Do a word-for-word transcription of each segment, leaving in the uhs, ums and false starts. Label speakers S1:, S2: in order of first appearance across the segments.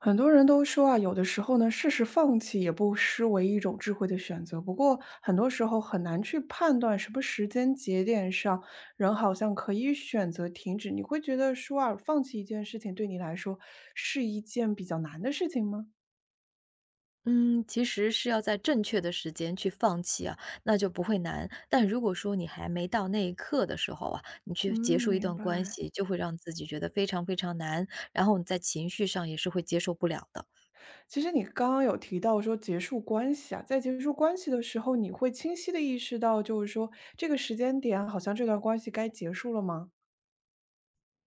S1: 很多人都说啊，有的时候呢，适时放弃也不失为一种智慧的选择。不过，很多时候很难去判断什么时间节点上，人好像可以选择停止。你会觉得说啊，放弃一件事情对你来说是一件比较难的事情吗？
S2: 嗯，其实是要在正确的时间去放弃啊，那就不会难。但如果说你还没到那一刻的时候啊，你去
S1: 嗯，
S2: 结束一
S1: 明
S2: 段关
S1: 白。
S2: 系，就会让自己觉得非常非常难，然后你在情绪上也是会接受不了的。
S1: 其实你刚刚有提到说结束关系啊，在结束关系的时候，你会清晰的意识到，就是说这个时间点好像这段关系该结束了吗？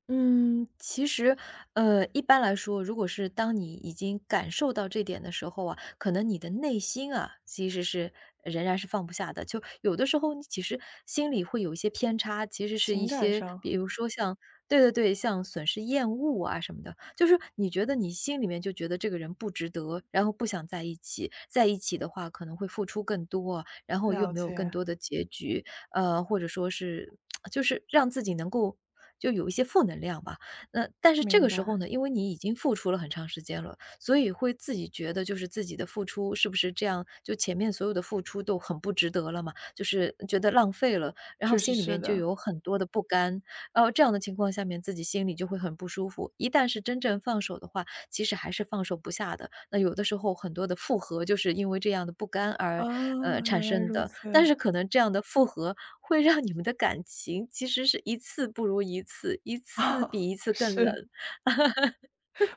S2: 嗯，其实，呃，一般来说，如果是当你已经感受到这点的时候啊，可能你的内心啊，其实是仍然是放不下的。就有的时候，你其实心里会有一些偏差，其实是一
S1: 情感
S2: 些，
S1: 上
S2: 比如说像对对对，像损失厌恶啊什么的，就是你觉得你心里面就觉得这个人不值得，然后不想在一起，在一起的话可能会付出更多啊，然后又
S1: 了
S2: 没有更
S1: 解，
S2: 多的结局，呃，或者说是就是让自己能够就有一些负能量吧。那但是这
S1: 明
S2: 个时候
S1: 白。
S2: 呢，因为你已经付出了很长时间了，所以会自己觉得就是自己的付出是不是这样，就前面所有的付出都很不值得了嘛，就是觉得浪费了，然后
S1: 确实
S2: 心里
S1: 是
S2: 面就有
S1: 的，
S2: 很多的不甘，然后这样的情况下面，自己心里就会很不舒服。一旦是真正放手的话，其实还是放手不下的。那有的时候很多的复合就是因为这样的不甘而，呃，
S1: 啊，
S2: 产
S1: 原来
S2: 生
S1: 如
S2: 的，
S1: 此，
S2: 但是 可能这样的复合会让你们的感情其实是一次不如一次，一次
S1: 啊，
S2: 比一次更冷，
S1: 是。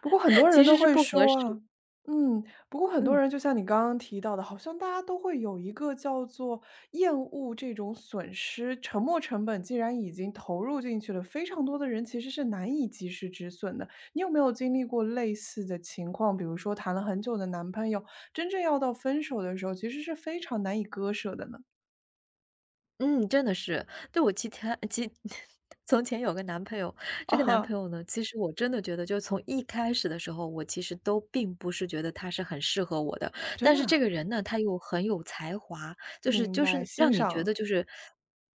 S1: 不过很 多
S2: 其
S1: 人都
S2: 实是
S1: 会
S2: 不合
S1: 说
S2: 适。
S1: 啊，嗯，不过很多
S2: 嗯。
S1: 人就像你刚刚提到的，好像大家都会有一个叫做厌恶这种损失，沉没成本既然已经投入进去了，非常多的人其实是难以及时止损的。你有没有经历过类似的情况？比如说谈了很久的男朋友，真正要到分手的时候，其实是非常难以割舍的呢？
S2: 嗯，真的是。对，我其他其 从前有个男朋友，这
S1: 啊
S2: 个男朋
S1: 哈，
S2: 友呢，其实我真的觉得，就是从一开始的时候，我其实都并不是觉得他是很适合我的。
S1: 真
S2: 但
S1: 的
S2: 是这
S1: 啊
S2: 个人呢，他又很有才华，就是
S1: 明
S2: 就
S1: 白，
S2: 是
S1: 欣
S2: 让你觉
S1: 赏。
S2: 得就是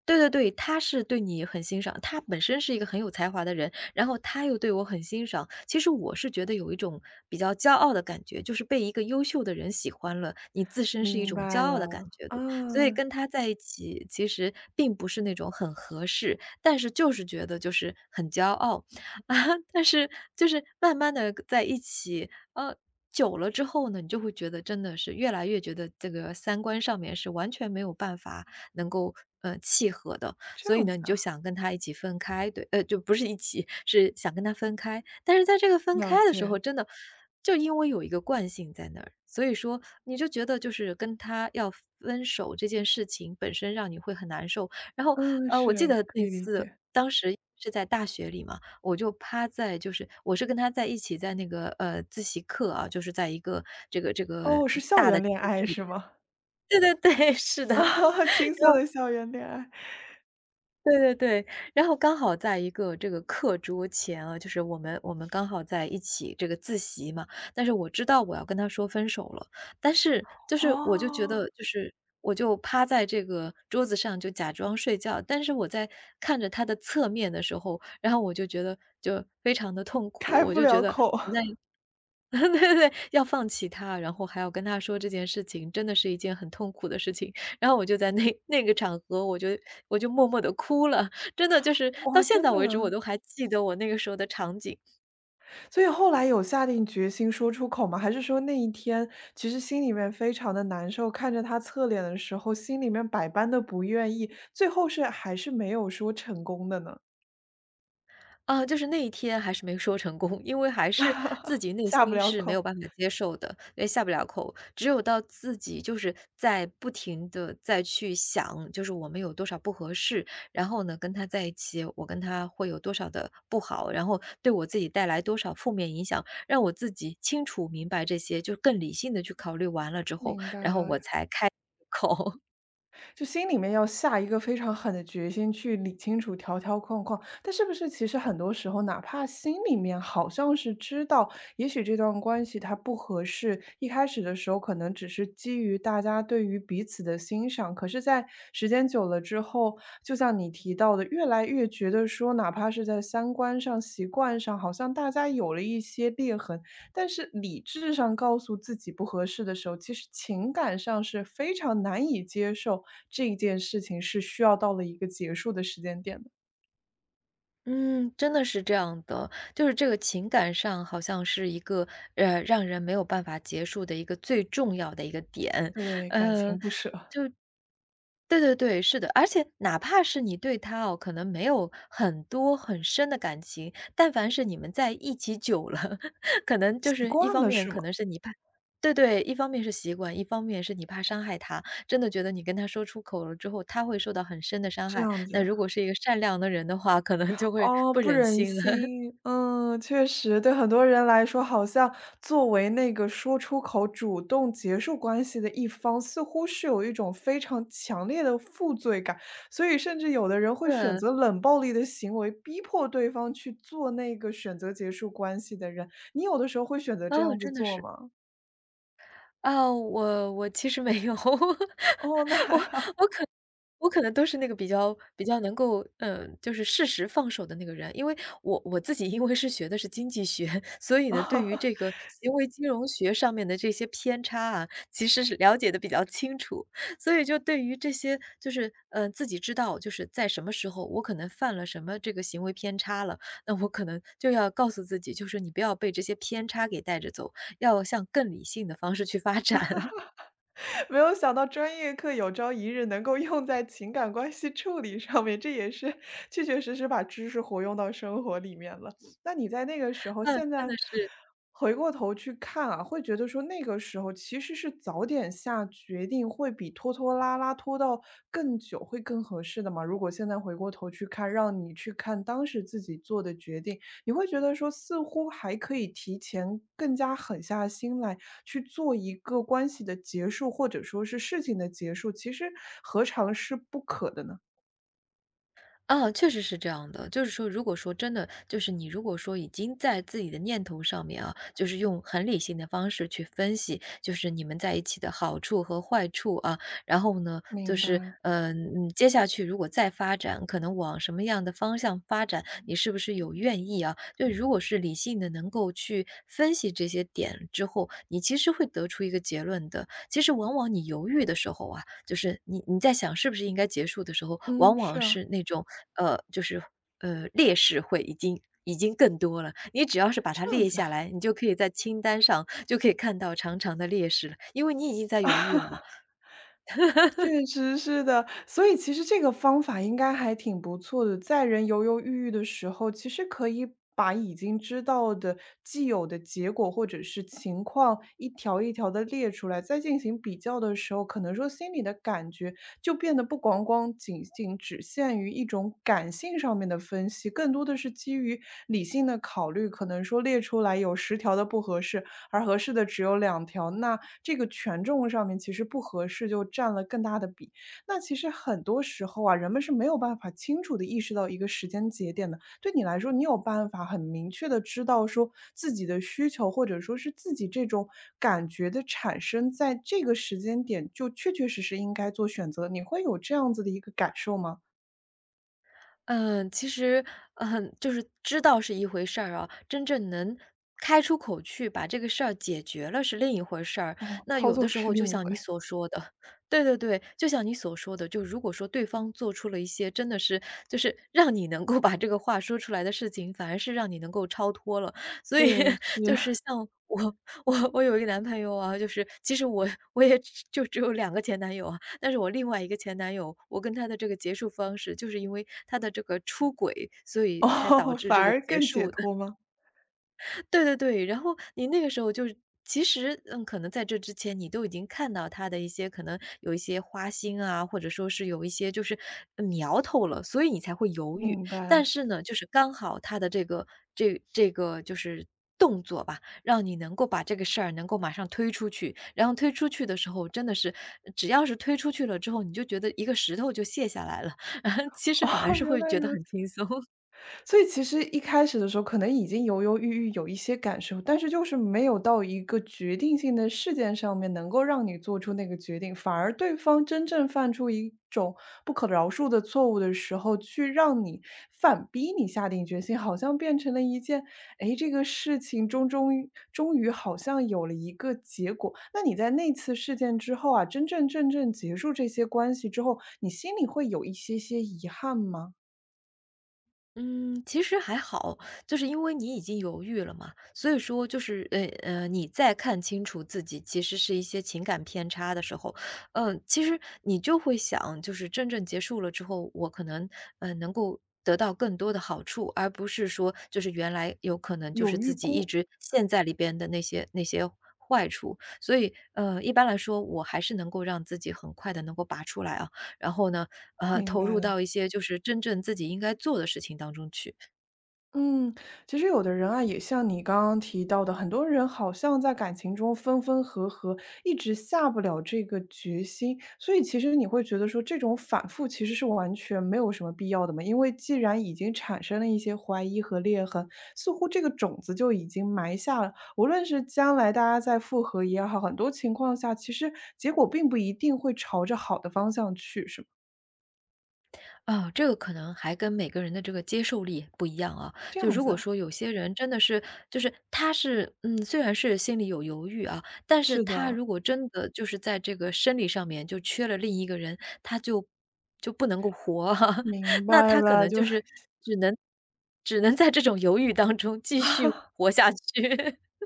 S2: 对对对，他是对你很欣赏，他本身是一个很有才华的人，然后他又对我很欣赏。其实我是觉得有一种比较骄傲的感觉，就是被一个优秀的人喜欢了，你自身是一
S1: 明
S2: 种骄
S1: 白
S2: 傲的感
S1: 了，
S2: 觉
S1: 啊，
S2: 的。所以跟他在一起其实并不是那种很合适，但是就是觉得就是很骄傲 啊，但是就是慢慢的在一起，呃，久了之后呢，你就会觉得真的是越来越觉得这个三观上面是完全没有办法能够，呃，契合的。
S1: 这
S2: 所以
S1: 样
S2: 呢，
S1: 子
S2: 你就
S1: 啊，
S2: 想跟他一起分开，对，呃，就不是一起，是想跟他分开。但是在这个分开
S1: 了
S2: 的时
S1: 解，
S2: 候，真的就因为有一个惯性在那儿，所以说你就觉得就是跟他要分手这件事情本身让你会很难受。然后，
S1: 嗯，
S2: 呃，我记
S1: 是，
S2: 得
S1: 可
S2: 那
S1: 以理
S2: 次
S1: 解。
S2: 当时是在大学里嘛，我就趴在就是我是跟他在一起在那个，呃，自习课啊，就是在一个这个这个
S1: 哦，是校
S2: 大的
S1: 园
S2: 教
S1: 恋
S2: 室
S1: 爱
S2: 里，
S1: 是吗？
S2: 对对对，是 的。
S1: 啊，青
S2: 然
S1: 涩
S2: 后
S1: 的校园恋爱，
S2: 对对对，然后刚好在一个这个课桌前啊，就是我们我们刚好在一起这个自习嘛，但是我知道我要跟他说分手了，但是就是我就觉得
S1: 哦，
S2: 就是我就趴在这个桌子上就假装睡觉，但是我在看着他的侧面的时候，然后我就觉得就非常的痛苦，
S1: 开
S2: 我
S1: 不
S2: 就觉
S1: 了
S2: 得
S1: 口，
S2: 你在 对对对，要放弃他，然后还要跟他说这件事情，真的是一件很痛苦的事情。然后我就在那 那个场合，我就我就默默的哭了，真的就是到
S1: 哇，
S2: 现
S1: 真
S2: 在
S1: 的。
S2: 为止，我都还记得我那个时候的场景。
S1: 所以后来有下定决心说出口吗？还是说那一天其实心里面非常的难受，看着他侧脸的时候，心里面百般的不愿意，最后是还是没有说成功的呢？
S2: 啊，就是那一天还是没说成功，因为还是自己内
S1: 下不
S2: 心
S1: 了
S2: 是没有
S1: 口，
S2: 办法接受的，也下不了口。只有到自己就是在不停的再去想，就是我们有多少不合适，然后呢，跟他在一起，我跟他会有多少的不好，然后对我自己带来多少负面影响，让我自己清楚明白这些，就更理性的去考虑完了之后
S1: 明白了。
S2: 开口。
S1: 就心里面要下一个非常狠的决心去理清楚条条框框。但是不是其实很多时候，哪怕心里面好像是知道，也许这段关系它不合适，一开始的时候可能只是基于大家对于彼此的欣赏，可是，在时间久了之后，就像你提到的，越来越觉得说，哪怕是在三观上、习惯上，好像大家有了一些裂痕，但是理智上告诉自己不合适的时候，其实情感上是非常难以接受这件事情是需要到了一个结束的时间点的。
S2: 嗯，真的是这样的，就是这个情感上好像是一个，呃，让人没有办法结束的一个最重要的一个点，
S1: 对，感
S2: 呃，
S1: 情不舍，
S2: 对对对，是的，而且哪怕是你对他哦，可能没有很多很深的感情，但凡是你们在一起久了，可能就
S1: 习
S2: 是一
S1: 惯
S2: 方
S1: 了
S2: 面
S1: 是
S2: 可
S1: 吗？
S2: 能是你怕对对，一方面是习惯，一方面是你怕伤害他，真的觉得你跟他说出口了之后，他会受到很深的伤
S1: 这
S2: 害，
S1: 样
S2: 那
S1: 子。
S2: 如果是一个善良的人的话，可能就会
S1: 哦，
S2: 不
S1: 不
S2: 忍
S1: 忍
S2: 心了。
S1: 心，嗯，确实，对很多人来说，好像作为那个说出口、主动结束关系的一方，似乎是有一种非常强烈的负罪感，所以甚至有的人会选
S2: 对，
S1: 择冷暴力的行为，逼迫对方去做那个选择结束关系的人。你有的时候会选择这
S2: 哦，
S1: 样子
S2: 真的
S1: 做
S2: 是。
S1: 吗？
S2: 啊，我我其实没有，
S1: 哦，那
S2: 我
S1: 还
S2: 我
S1: 好。
S2: 可我可能都是那个比较比较能够，嗯，就是适时放手的那个人。因为我我自己因为是学的是经济学，所以呢，对于这 个行为金融学上面的这些偏差啊，其实是了解的比较清楚。所以就对于这些就是，嗯，呃自己知道就是在什么时候我可能犯了什么这个行为偏差了，那我可能就要告诉自己，就是你不要被这些偏差给带着走，要向更理性的方式去发展。
S1: 没有想到专业课有朝一日能够用在情感关系处理上面，这也是确确实实把知识活用到生活里面了。那你在那个时候，
S2: 嗯，
S1: 现
S2: 真
S1: 在
S2: 的是。
S1: 回过头去看啊，会觉得说那个时候其实是早点下决定会比拖拖拉拉拖到更久会更合适的嘛，如果现在回过头去看，让你去看当时自己做的决定，你会觉得说，似乎还可以提前更加狠下心来去做一个关系的结束，或者说是事情的结束，其实何尝是不可的呢？
S2: 啊，确实是这样的。就是说，如果说真的，就是你如果说已经在自己的念头上面啊，就是用很理性的方式去分析，就是你们在一起的好处和坏处啊，然后呢，就
S1: 明
S2: 是
S1: 白，
S2: 呃，嗯，接下去如果再发展，可能往什么样的方向发展，你是不是有愿意啊？就如果是理性的，能够去分析这些点之后，你其实会得出一个结论的。其实往往你犹豫的时候啊，就是你你在想是不是应该结束的时候，
S1: 嗯，
S2: 往
S1: 是
S2: 往
S1: 啊，
S2: 是那种呃，就是呃，劣势会已经。已经更多了，你只要是把它
S1: 这样
S2: 列
S1: 子啊。
S2: 下来，你就可以在清单上就可以看到长长的劣势了，因为你已经在犹豫了嘛。
S1: 确实是的，所以其实这个方法应该还挺不错的，在人犹犹豫豫的时候，其实可以把已经知道的既有的结果或者是情况一条一条的列出来，在进行比较的时候，可能说心里的感觉就变得不光光仅仅只限于一种感性上面的分析，更多的是基于理性的考虑。可能说列出来有十条的不合适，而合适的只有两条，那这个权重上面其实不合适，就占了更大的比。那其实很多时候啊，人们是没有办法清楚的意识到一个时间节点的。对你来说，你有办法很明确的知道说自己的需求，或者说是自己这种感觉的产生，在这个时间点就确确实实应该做选择，你会有这样子的一个感受吗？
S2: 嗯，其实，嗯，就是知道是一回事儿啊，真正能开出口去把这个事儿解决了是另一回事儿。
S1: 哦，
S2: 那
S1: 操
S2: 有的
S1: 作
S2: 时
S1: 是
S2: 候就
S1: 另一
S2: 像你
S1: 回。
S2: 所说的，对对对，就像你所说的，就如果说对方做出了一些真的是就是让你能够把这个话说出来的事情，反而是让你能够超脱了。所以
S1: 对，
S2: 就是
S1: 是
S2: 像我我我有一个男朋友啊，就是其实我我也只就只有两个前男友啊，但是我另外一个前男友，我跟他的这个结束方式，就是因为他的这个出轨，所 以才导
S1: 哦，
S2: 致
S1: 反
S2: 这个
S1: 而
S2: 结
S1: 更解
S2: 束。的。
S1: 脱吗？
S2: 对对对，然后你那个时候就是其实，嗯，可能在这之前你都已经看到他的一些可能有一些花心啊，或者说是有一些就是呃苗头了，所以你才会犹豫。
S1: 明
S2: 但
S1: 白，
S2: 是呢，就是刚好他的这个这这个就是动作吧，让你能够把这个事儿能够马上推出去，然后推出去的时候，真的是只要是推出去了之后，你就觉得一个石头就卸下来了，其 实
S1: 哦，
S2: 反而是
S1: 原
S2: 会
S1: 来
S2: 觉得很
S1: 如
S2: 轻
S1: 此。
S2: 松。
S1: 所以其实一开始的时候可能已经犹犹豫豫，有一些感受，但是就是没有到一个决定性的事件上面，能够让你做出那个决定，反而对方真正犯出一种不可饶恕的错误的时候，去让你反逼你下定决心，好像变成了一件，哎，这个事情终终于终于好像有了一个结果。那你在那次事件之后啊，真真正正结束这些关系之后，你心里会有一些些遗憾吗？
S2: 嗯，其实还好，就是因为你已经犹豫了嘛，所以说就是呃呃，你再看清楚自己其实是一些情感偏差的时候，嗯，其实你就会想，就是真正结束了之后，我可能呃能够得到更多的好处，而不是说就是原来有可能就是
S1: 有预
S2: 自己一
S1: 估，
S2: 直陷在里边的那些那些坏处，所以呃一般来说，我还是能够让自己很快的能够拔出来啊。然后呢，呃，
S1: 明
S2: 投
S1: 白
S2: 入
S1: 了。
S2: 到一些就是真正自己应该做的事情当中去。
S1: 嗯，其实有的人啊，也像你刚刚提到的，很多人好像在感情中分分合合，一直下不了这个决心。所以其实你会觉得说，这种反复其实是完全没有什么必要的嘛，因为既然已经产生了一些怀疑和裂痕，似乎这个种子就已经埋下了。无论是将来大家再复合也好，很多情况下其实结果并不一定会朝着好的方向去，是吗？
S2: 啊，这个可能还跟每个人的这个接受力不一样啊。
S1: 这
S2: 就
S1: 样
S2: 如
S1: 子
S2: 果
S1: 啊，
S2: 说有些人真的是，就是他是，嗯，虽然是心里有犹豫啊，但是
S1: 是
S2: 他
S1: 的，
S2: 如果真的就是在这个生理上面就缺了另一个人，他就就不能够活啊，
S1: 明
S2: 那
S1: 白
S2: 他可
S1: 了，
S2: 能
S1: 就
S2: 就是只能只能在这种犹豫当中继续 活下去。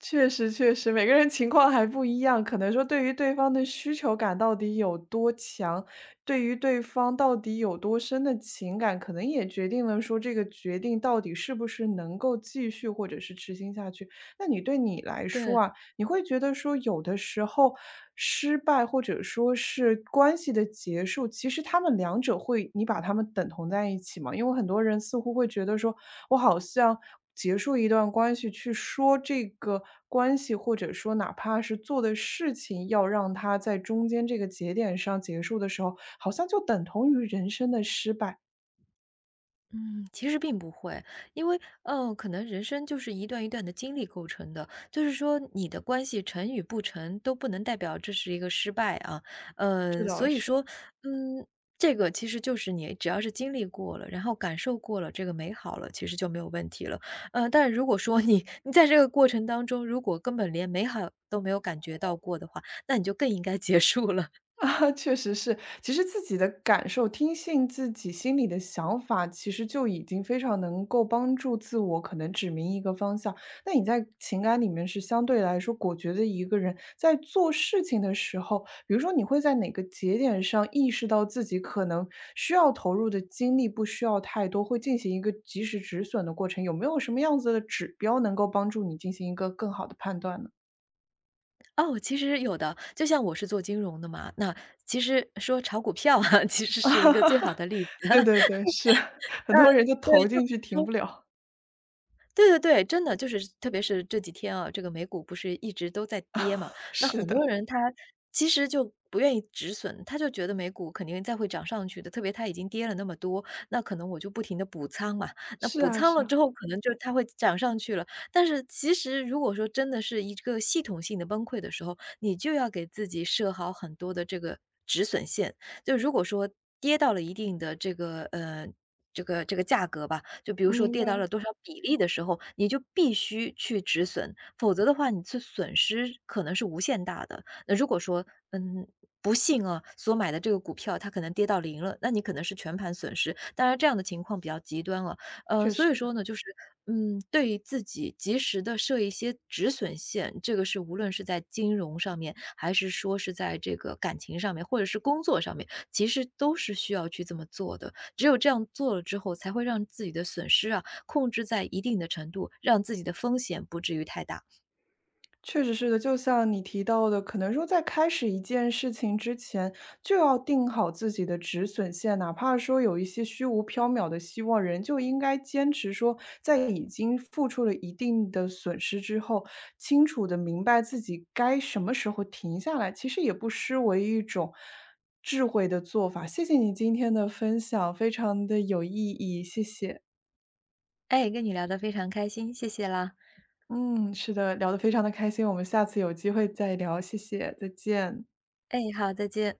S1: 确实确实，每个人情况还不一样，可能说对于对方的需求感到底有多强，对于对方到底有多深的情感，可能也决定了说这个决定到底是不是能够继续或者是执行下去。那你对你来
S2: 对。
S1: 说啊，你会觉得说有的时候失败或者说是关系的结束，其实他们两者会你把他们等同在一起吗？因为很多人似乎会觉得说，我好像结束一段关系，去说这个关系，或者说哪怕是做的事情，要让它在中间这个节点上结束的时候，好像就等同于人生的失败。
S2: 嗯，其实并不会，因为，嗯，呃可能人生就是一段一段的经历构成的，就是说你的关系成与不成都不能代表这是一个失败啊，
S1: 这
S2: 嗯，所
S1: 倒
S2: 以
S1: 是。
S2: 说，嗯，这个其实就是你只要是经历过了，然后感受过了这个美好了，其实就没有问题了，嗯，但是如果说你你在这个过程当中，如果根本连美好都没有感觉到过的话，那你就更应该结束了。
S1: 啊，确实是，其实自己的感受，听信自己心里的想法，其实就已经非常能够帮助自我可能指明一个方向。那你在情感里面是相对来说果决的一个人，在做事情的时候，比如说你会在哪个节点上意识到自己可能需要投入的精力不需要太多，会进行一个及时止损的过程，有没有什么样子的指标能够帮助你进行一个更好的判断呢？
S2: 哦，其实有的，就像我是做金融的嘛，那其实说炒股票啊，其实是一个最好的 例子。
S1: 对对 对，是，很
S2: 嗯，
S1: 多人就
S2: 对，
S1: 投
S2: 就
S1: 进
S2: 比
S1: 去
S2: 如
S1: 停
S2: 说
S1: 不了，
S2: 对对对，真的就是特别是这几天啊，这个美股不是一直都在跌嘛，那
S1: 是
S2: 很多
S1: 的，
S2: 人他其实就不愿意止损，他就觉得美股肯定再会涨上去的，特别它已经跌了那么多，那可能我就不停的补仓嘛，那
S1: 是
S2: 补
S1: 啊
S2: 仓
S1: 是
S2: 了
S1: 啊，
S2: 之后可能就它会涨上去了。但是其实如果说真的是一个系统性的崩溃的时候，你就要给自己设好很多的这个止损线，就如果说跌到了一定的这个，呃，这个这个价格吧，就比如说
S1: 明
S2: 跌
S1: 白，
S2: 到了多少比例的时候，你就必须去止损，否则的话，你这损失可能是无限大的。那如果说，嗯，不幸啊，所买的这个股票它可能跌到零了，那你可能是全盘损失。当然，这样的情况比较极端了。呃，
S1: 确
S2: 所以
S1: 实。
S2: 说呢，就是嗯，对于自己及时的设一些止损线，这个是无论是在金融上面，还是说是在这个感情上面，或者是工作上面，其实都是需要去这么做的。只有这样做了之后，才会让自己的损失啊控制在一定的程度，让自己的风险不至于太大。
S1: 确实是的，就像你提到的，可能说在开始一件事情之前，就要定好自己的止损线，哪怕说有一些虚无缥缈的希望，人就应该坚持说，在已经付出了一定的损失之后，清楚的明白自己该什么时候停下来，其实也不失为一种智慧的做法。谢谢你今天的分享，非常的有意义，谢谢。
S2: 哎，跟你聊得非常开心，谢谢啦。
S1: 嗯，是的，聊得非常的开心，我们下次有机会再聊，谢谢，再见。
S2: 哎，好，再见。